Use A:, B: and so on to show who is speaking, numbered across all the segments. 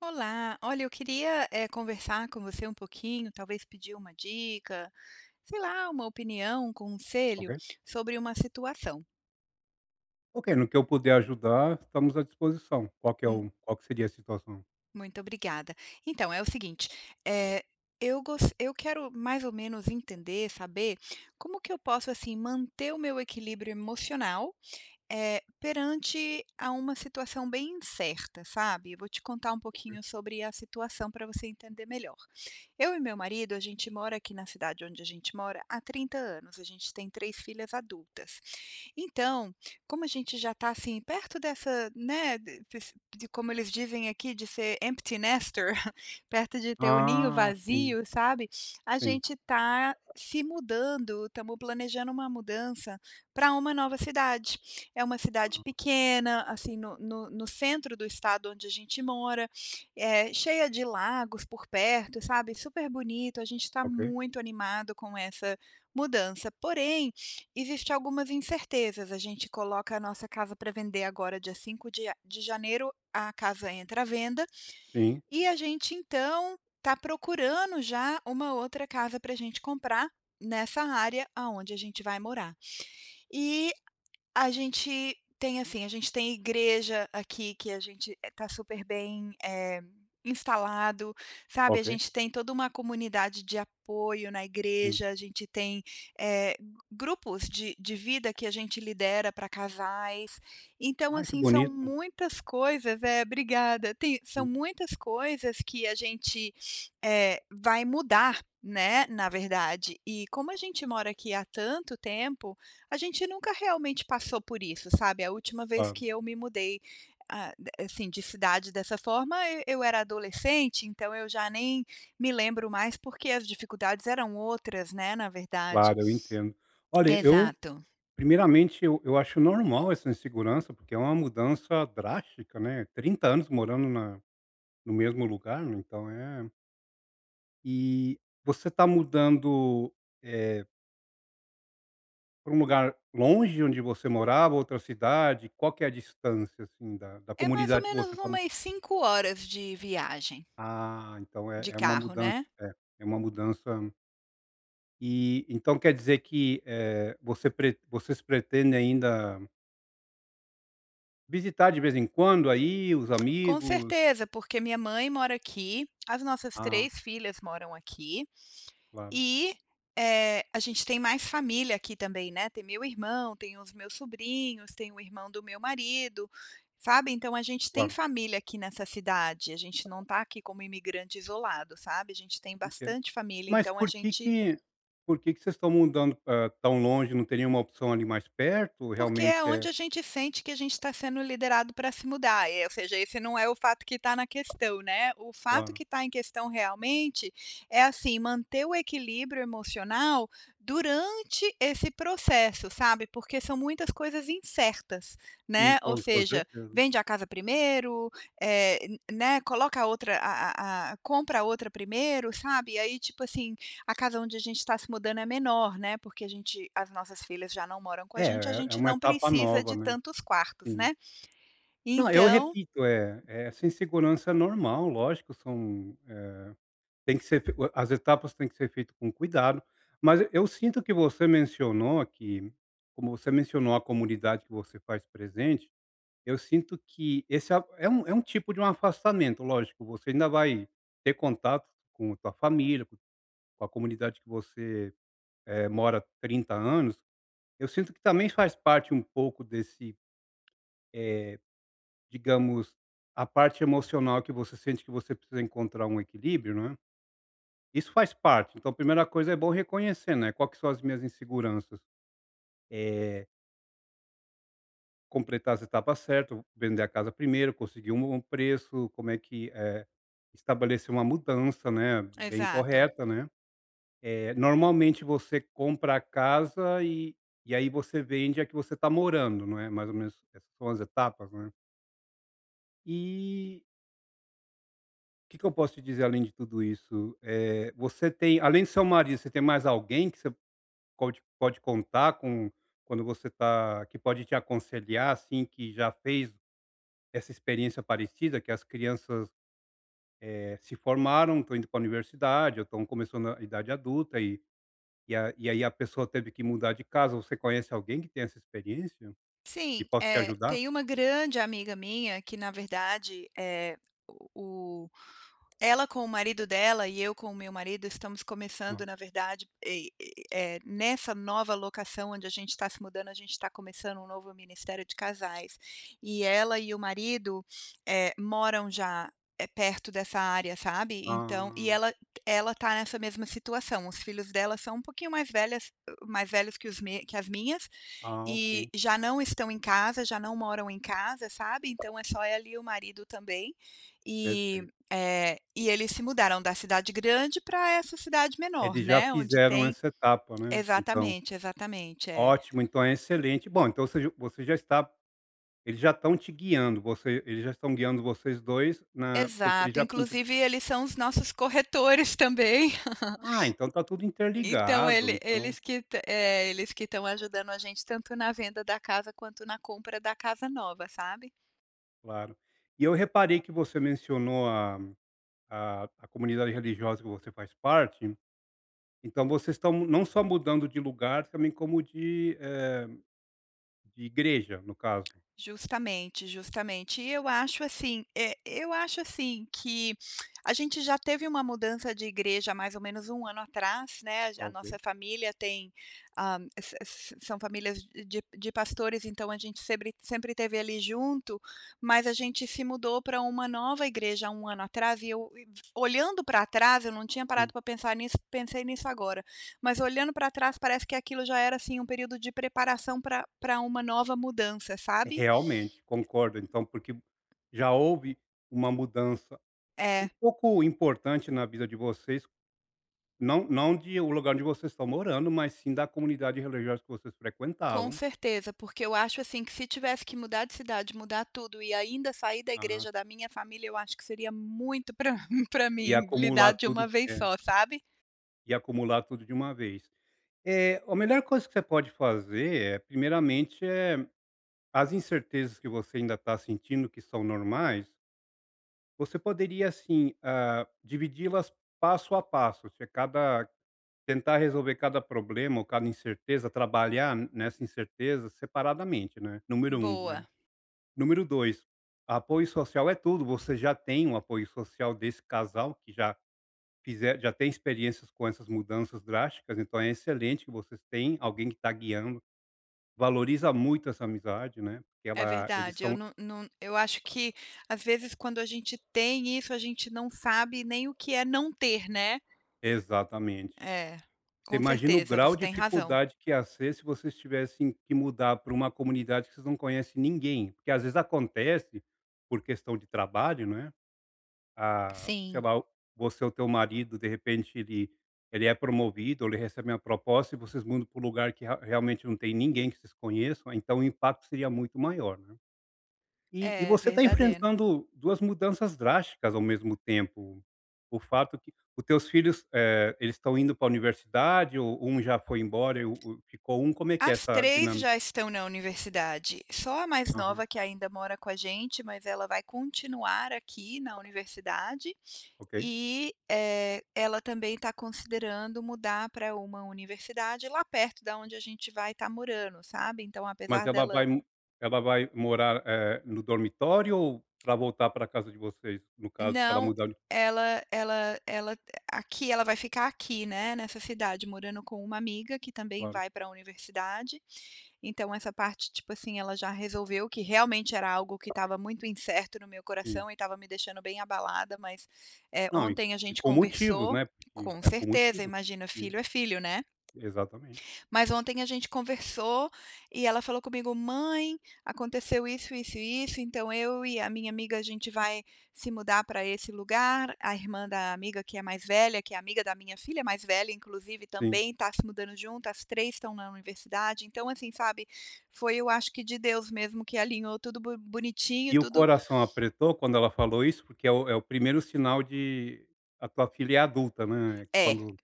A: Olá, olha, eu queria, conversar com você um pouquinho, talvez pedir uma dica, sei lá, uma opinião, um
B: Ok.
A: conselho sobre uma situação.
B: Ok, no que eu puder ajudar, estamos à disposição. Qual que é
A: Mu
B: o qual que seria a situação?
A: Muito obrigada. Então, é o seguinte, eh, eu quero mais ou menos entender, saber, como que eu posso, assim, manter o meu equilíbrio emocional, perante a uma situação bem incerta, sabe. Eu vou te contar um
B: Ok.
A: pouquinho sobre a situação para você entender melhor. Eu e meu marido, a gente mora aqui na cidade onde a gente mora há 30 anos, a gente tem 3 filhas adultas. Então, como a gente já está assim, perto dessa, né, de como eles dizem aqui, de ser empty nester, perto de ter o ninho
B: Ah, sim,
A: vazio, sabe, a
B: sim.
A: gente está se mudando, estamos planejando uma mudança para uma nova cidade. É uma cidade
B: Ah,
A: pequena, assim, no centro do estado onde a gente mora, é cheia de lagos por perto, sabe, super bonito, a gente está
B: ok.
A: muito animado com essa mudança. Porém, existe algumas incertezas, a gente coloca a nossa casa para vender agora dia 5 de janeiro, a casa entra à venda,
B: Sim,
A: e a gente então está procurando já uma outra casa para a gente comprar nessa área aonde a gente vai morar. E a gente tem, assim, a gente tem igreja aqui que a gente, está super bem, instalado, sabe, a
B: ok,
A: gente tem toda uma comunidade de apoio na
B: sim.
A: igreja, a gente tem, eh, grupos de vida que a gente lidera para casais. Então,
B: Ah, que
A: assim, são
B: bonito.
A: muitas coisas é, obrigada. Tem são
B: Sim,
A: muitas coisas que a gente, vai mudar, né, na verdade. E como a gente mora aqui há tanto tempo, a gente nunca realmente passou por isso, sabe. A última vez
B: claro,
A: que eu me mudei, assim, de cidade dessa forma, e eu era adolescente, então eu já nem me lembro mais, porque as dificuldades eram outras, né, na verdade.
B: claro, eu entendo. Olha, eu
A: Exato.
B: primeiramente, eu eu acho normal essa insegurança, porque é uma mudança drástica, né, trinta anos morando na no mesmo lugar, né, então é, e você está mudando, eh para um lugar longe de onde você morava, outra cidade? Qual que é a distância, assim, da
A: É mais ou
B: comunidade que você
A: menos
B: está.
A: umas 5 horas de viagem,
B: Ah, então é
A: de
B: uma
A: carro,
B: mudança
A: né.
B: é, é uma mudança. E então quer dizer que, você pre vocês pretendem ainda visitar de vez em quando aí os
A: Com
B: amigos?
A: certeza, porque minha mãe mora aqui, as nossas
B: Ah,
A: 3 filhas moram aqui.
B: claro,
A: E, a gente tem mais família aqui também, né, tem meu irmão, tem os meus sobrinhos, tem o irmão do meu marido, sabe, então a gente tem
B: claro,
A: família aqui nessa cidade, a gente não tá aqui como imigrante isolado, sabe, a gente tem
B: entendo.
A: bastante família,
B: Mas
A: então a gente.
B: por que que vocês estão mudando, tão longe? Não teria uma opção ali mais perto?
A: Porque é
B: Realmente é
A: onde a gente sente que a gente está sendo liderado para se mudar, ou seja, esse não é o fato que está na questão, né. O fato que
B: claro.
A: está em questão realmente é, assim, manter o equilíbrio emocional durante esse processo, sabe, porque são muitas coisas incertas,
B: Sim,
A: né, ou
B: com
A: seja,
B: certeza.
A: vende a casa primeiro, eh, né, coloca a outra a compra a outra primeiro, sabe. E aí, tipo assim, a casa onde a gente está se mudando é menor, né, porque a gente as nossas filhas já não moram com
B: É,
A: a
B: é
A: gente
B: uma
A: não
B: etapa
A: precisa
B: nova,
A: de
B: né,
A: tantos quartos,
B: sim.
A: né.
B: Não, eu
A: Então
B: repito, é essa insegurança é normal, lógico, são, tem que ser fe as etapas têm que ser feitas com cuidado, mas eu sinto que você mencionou que como você mencionou a comunidade que você faz presente, eu sinto que esse a é um tipo de um afastamento, lógico, você ainda vai ter contato com a tua família, com a comunidade que você, mora há 30 anos, eu sinto que também faz parte um pouco desse. Digamos, a parte emocional que você sente que você precisa encontrar um equilíbrio, né, isso faz parte. Então, a primeira coisa é bom reconhecer, né, quais que são as minhas inseguranças. Eh, completar as etapas certas, vender a casa primeiro, conseguir um bom preço, como é que, estabelecer uma mudança, né, bem
A: exato.
B: correta, né. Normalmente você compra a casa e aí você vende a que você está morando, não é, mais ou menos essas são as etapas, né. E que eu posso te dizer além de tudo isso? Você tem, além do seu marido, você tem mais alguém que você pode contar com quando você tá que pode te aconselhar, assim, que já fez essa experiência parecida, que as crianças, se formaram, estão indo para a universidade ou estão começando a idade adulta e a e aí a pessoa teve que mudar de casa. Você conhece alguém que tem essa experiência e
A: Sim,
B: possa te ajudar?
A: tem uma grande amiga minha que, na verdade, é o Ela com o marido dela e eu com o meu marido estamos começando,
B: Não.
A: na verdade, nessa nova locação onde a gente está se mudando, a gente está começando um novo ministério de casais. E ela e o marido, moram já, perto dessa área, sabe. Então e
B: Ah,
A: ela tá nessa mesma situação, os filhos dela são um pouquinho mais velhos que os me que as minhas,
B: ah,
A: e
B: ok,
A: já não estão em casa, já não moram em casa, sabe, então é só ela e o marido também, e,
B: perfeito.
A: e eles se mudaram da cidade grande para essa cidade menor,
B: Eles já
A: né, onde
B: fizeram
A: tem
B: essa etapa, né, então
A: exatamente, exatamente, é.
B: ótimo, então é excelente. Bom, então você já está. Eles já estão te guiando, você eles já estão guiando vocês 2 na porque eles
A: Exato,
B: já cumpriram.
A: inclusive eles são os nossos corretores também,
B: Ah, então está tudo
A: então
B: interligado, então
A: eles que estão ajudando a gente tanto na venda da casa quanto na compra da casa nova, sabe.
B: claro. E eu reparei que você mencionou a a comunidade religiosa que você faz parte, então vocês estão não só mudando de lugar, também como de, de igreja, no caso.
A: Justamente, justamente. E eu acho assim, eu acho assim que a gente já teve uma mudança de igreja há mais ou menos 1 ano atrás, né,
B: Ah,
A: a
B: ok,
A: nossa família tem, hã, s s são famílias de pastores, então a gente sempre sempre teve ali junto, mas a gente se mudou para uma nova igreja há 1 ano atrás e eu e olhando para trás, eu não tinha parado
B: sim.
A: para pensar nisso, pensei nisso agora, mas olhando para trás parece que aquilo já era, assim, um período de preparação para uma nova mudança, sabe?
B: Realmente, concordo, então, porque já houve uma mudança um
A: É,
B: pouco importante na vida de vocês, não de o lugar onde vocês estão morando, mas sim da comunidade religiosa que vocês
A: com
B: frequentavam.
A: certeza, porque eu acho, assim, que se tivesse que mudar de cidade, mudar tudo e ainda sair da
B: Ah,
A: igreja da minha família, eu acho que seria muito pra
B: e
A: mim lidar
B: acumular
A: de
B: tudo
A: uma vez
B: é,
A: só, sabe.
B: e acumular tudo de uma vez. É a melhor coisa que você pode fazer é, primeiramente, é as incertezas que você ainda está sentindo que são normais, você poderia, assim, ah, dividi-las passo a passo, se é cada tentar resolver cada problema ou cada incerteza, trabalhar nessa incerteza separadamente, né, número um,
A: Boa,
B: né. Número 2, apoio social é tudo. Você já tem um apoio social desse casal que já fizer já tem experiências com essas mudanças drásticas, então é excelente que vocês têm alguém que está guiando. Valoriza muito essa amizade, né, porque
A: é
B: ela eles
A: verdade, eu
B: são
A: não, eu acho que, às vezes, quando a gente tem isso, a gente não sabe nem o que é não ter, né.
B: exatamente.
A: É,
B: Você
A: com
B: imagina o
A: certeza,
B: grau
A: você
B: de
A: tem razão.
B: dificuldade que ia ser se vocês tivessem que mudar para uma comunidade que vocês não conhecem ninguém, porque às vezes acontece por questão de trabalho, né. Ah, sei
A: Sim,
B: lá, você ou teu marido, de repente, ele é promovido, ele recebe uma proposta e vocês mudam para um lugar que realmente não tem ninguém que vocês conheçam, então o impacto seria muito maior, né. E
A: é
B: você está
A: verdadeiro.
B: enfrentando 2 mudanças drásticas ao mesmo tempo. O fato que os teus filhos, eles estão indo para a universidade ou um já foi embora e o ficou um, como é que é
A: As
B: essa
A: 3
B: dinâmica?
A: já estão na universidade, só a mais
B: Aham,
A: nova que ainda mora com a gente, mas ela vai continuar aqui na universidade
B: ok.
A: e, ela também está considerando mudar para uma universidade lá perto da onde a gente vai estar morando, sabe. Então
B: Mas
A: apesar
B: ela vai
A: dela.
B: m ela vai morar, no dormitório ou para voltar para casa de vocês, no caso que ela
A: Não,
B: mudar de
A: ela aqui ela vai ficar aqui, né, nessa cidade, morando com uma amiga que também
B: claro,
A: vai pra universidade. Então essa parte, tipo assim, ela já resolveu que realmente era algo que estava muito incerto no meu
B: sim.
A: coração e estava me deixando bem abalada, mas,
B: Não,
A: ontem a
B: e
A: gente
B: com motivos,
A: conversou,
B: né, porque
A: com
B: é com
A: certeza,
B: motivos.
A: imagina,
B: Sim,
A: filho é filho, né.
B: exatamente.
A: Mas ontem a gente conversou e ela falou comigo: "Mãe, aconteceu isso, isso e isso, então eu e a minha amiga, a gente vai se mudar para esse lugar". A irmã da amiga que é mais velha, que é amiga da minha filha mais velha, inclusive,
B: Sim.
A: também está se mudando junto, as 3 estão na universidade. Então, assim, sabe, foi eu acho que de Deus mesmo que alinhou tudo bo bonitinho,
B: E o
A: tudo.
B: coração apertou quando ela falou isso? Porque é o é o primeiro sinal de a tua filha é adulta, né,
A: É,
B: quando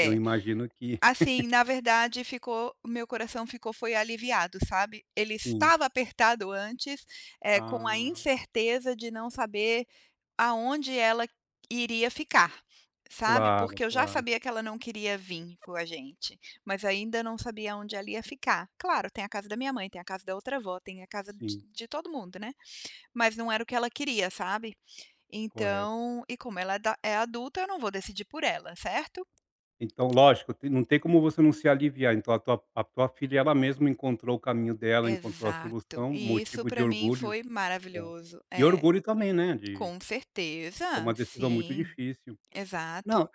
B: eu imagino que
A: Assim, na verdade ficou o meu coração ficou foi aliviado, sabe. Ele
B: sim.
A: estava apertado antes, com a
B: Ah,
A: incerteza de não saber aonde ela iria ficar, sabe,
B: claro,
A: porque eu já
B: claro.
A: sabia que ela não queria vir com a gente, mas ainda não sabia onde ela ia ficar. Claro, tem a casa da minha mãe, tem a casa da outra avó, tem a casa de
B: Sim,
A: de todo mundo, né, mas não era o que ela queria, sabe.
B: correto.
A: Então e como ela é da é adulta, eu não vou decidir por ela, certo?
B: Então, lógico, tem não tem como você não se aliviar, então a tua filha ela mesma encontrou o caminho dela, encontrou a
A: Exato.
B: solução,
A: E isso
B: motivo de
A: para mim
B: orgulho,
A: foi
B: é.
A: maravilhoso.
B: E
A: É,
B: orgulho também, né, de
A: com
B: é
A: certeza.
B: uma decisão muito
A: Sim,
B: difícil.
A: exato.
B: Não,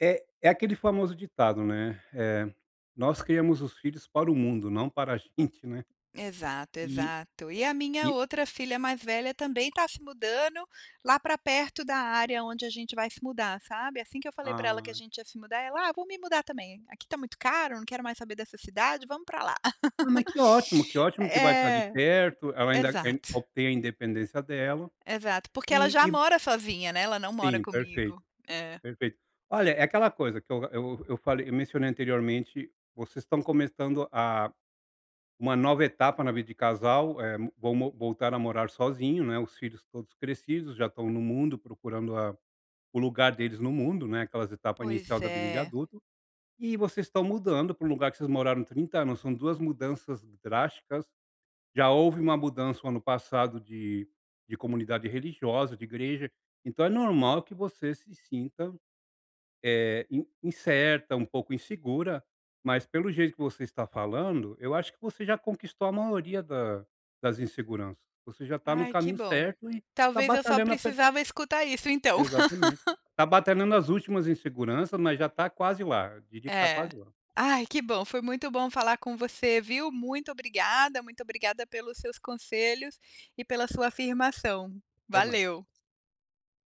B: é aquele famoso ditado, né, "Nós criamos os filhos para o mundo, não para a gente", né.
A: Exato,
B: E
A: exato. E a minha
B: e
A: outra filha mais velha também está se mudando lá para perto da área onde a gente vai se mudar, sabe. Assim que eu falei para ela que a
B: ah,
A: gente ia se mudar, ela: "Ah, vou me mudar também. Aqui tá muito caro, não quero mais saber dessa cidade, vamos para lá".
B: ah, mas que ótimo, que ótimo que vai estar ali perto, ela
A: É,
B: ainda,
A: exato,
B: obtém a independência dela,
A: exato. Porque ela
B: e
A: já
B: e
A: mora sozinha, né, ela não mora
B: sim, perfeito.
A: comigo. É.
B: Perfeito. Olha, é aquela coisa que eu falei eu mencionei anteriormente, vocês estão começando a uma nova etapa na vida de casal, vão mo voltar a morar sozinho, né, os filhos todos crescidos, já estão no mundo procurando a o lugar deles no mundo, né, aquelas etapa inicial
A: Pois
B: da vida de
A: é.
B: adulto, e vocês estão mudando para um lugar que vocês moraram 30 anos, são 2 mudanças drásticas, já houve uma mudança no ano passado de comunidade religiosa, de igreja, então é normal que você se sinta in incerta, um pouco insegura, mas pelo jeito que você está falando, eu acho que você já conquistou a maioria da das inseguranças. Você já está no
A: Ai, que
B: caminho
A: bom.
B: certo e está
A: Talvez eu só
B: batalhando ape
A: precisava escutar isso então.
B: exatamente. Está batalhando as últimas inseguranças, mas já está quase lá, eu diria que está
A: É.
B: quase lá.
A: Ai, que bom, foi muito bom falar com você, viu. Muito obrigada pelos seus conselhos e pela sua afirmação.
B: Até mais.
A: Valeu.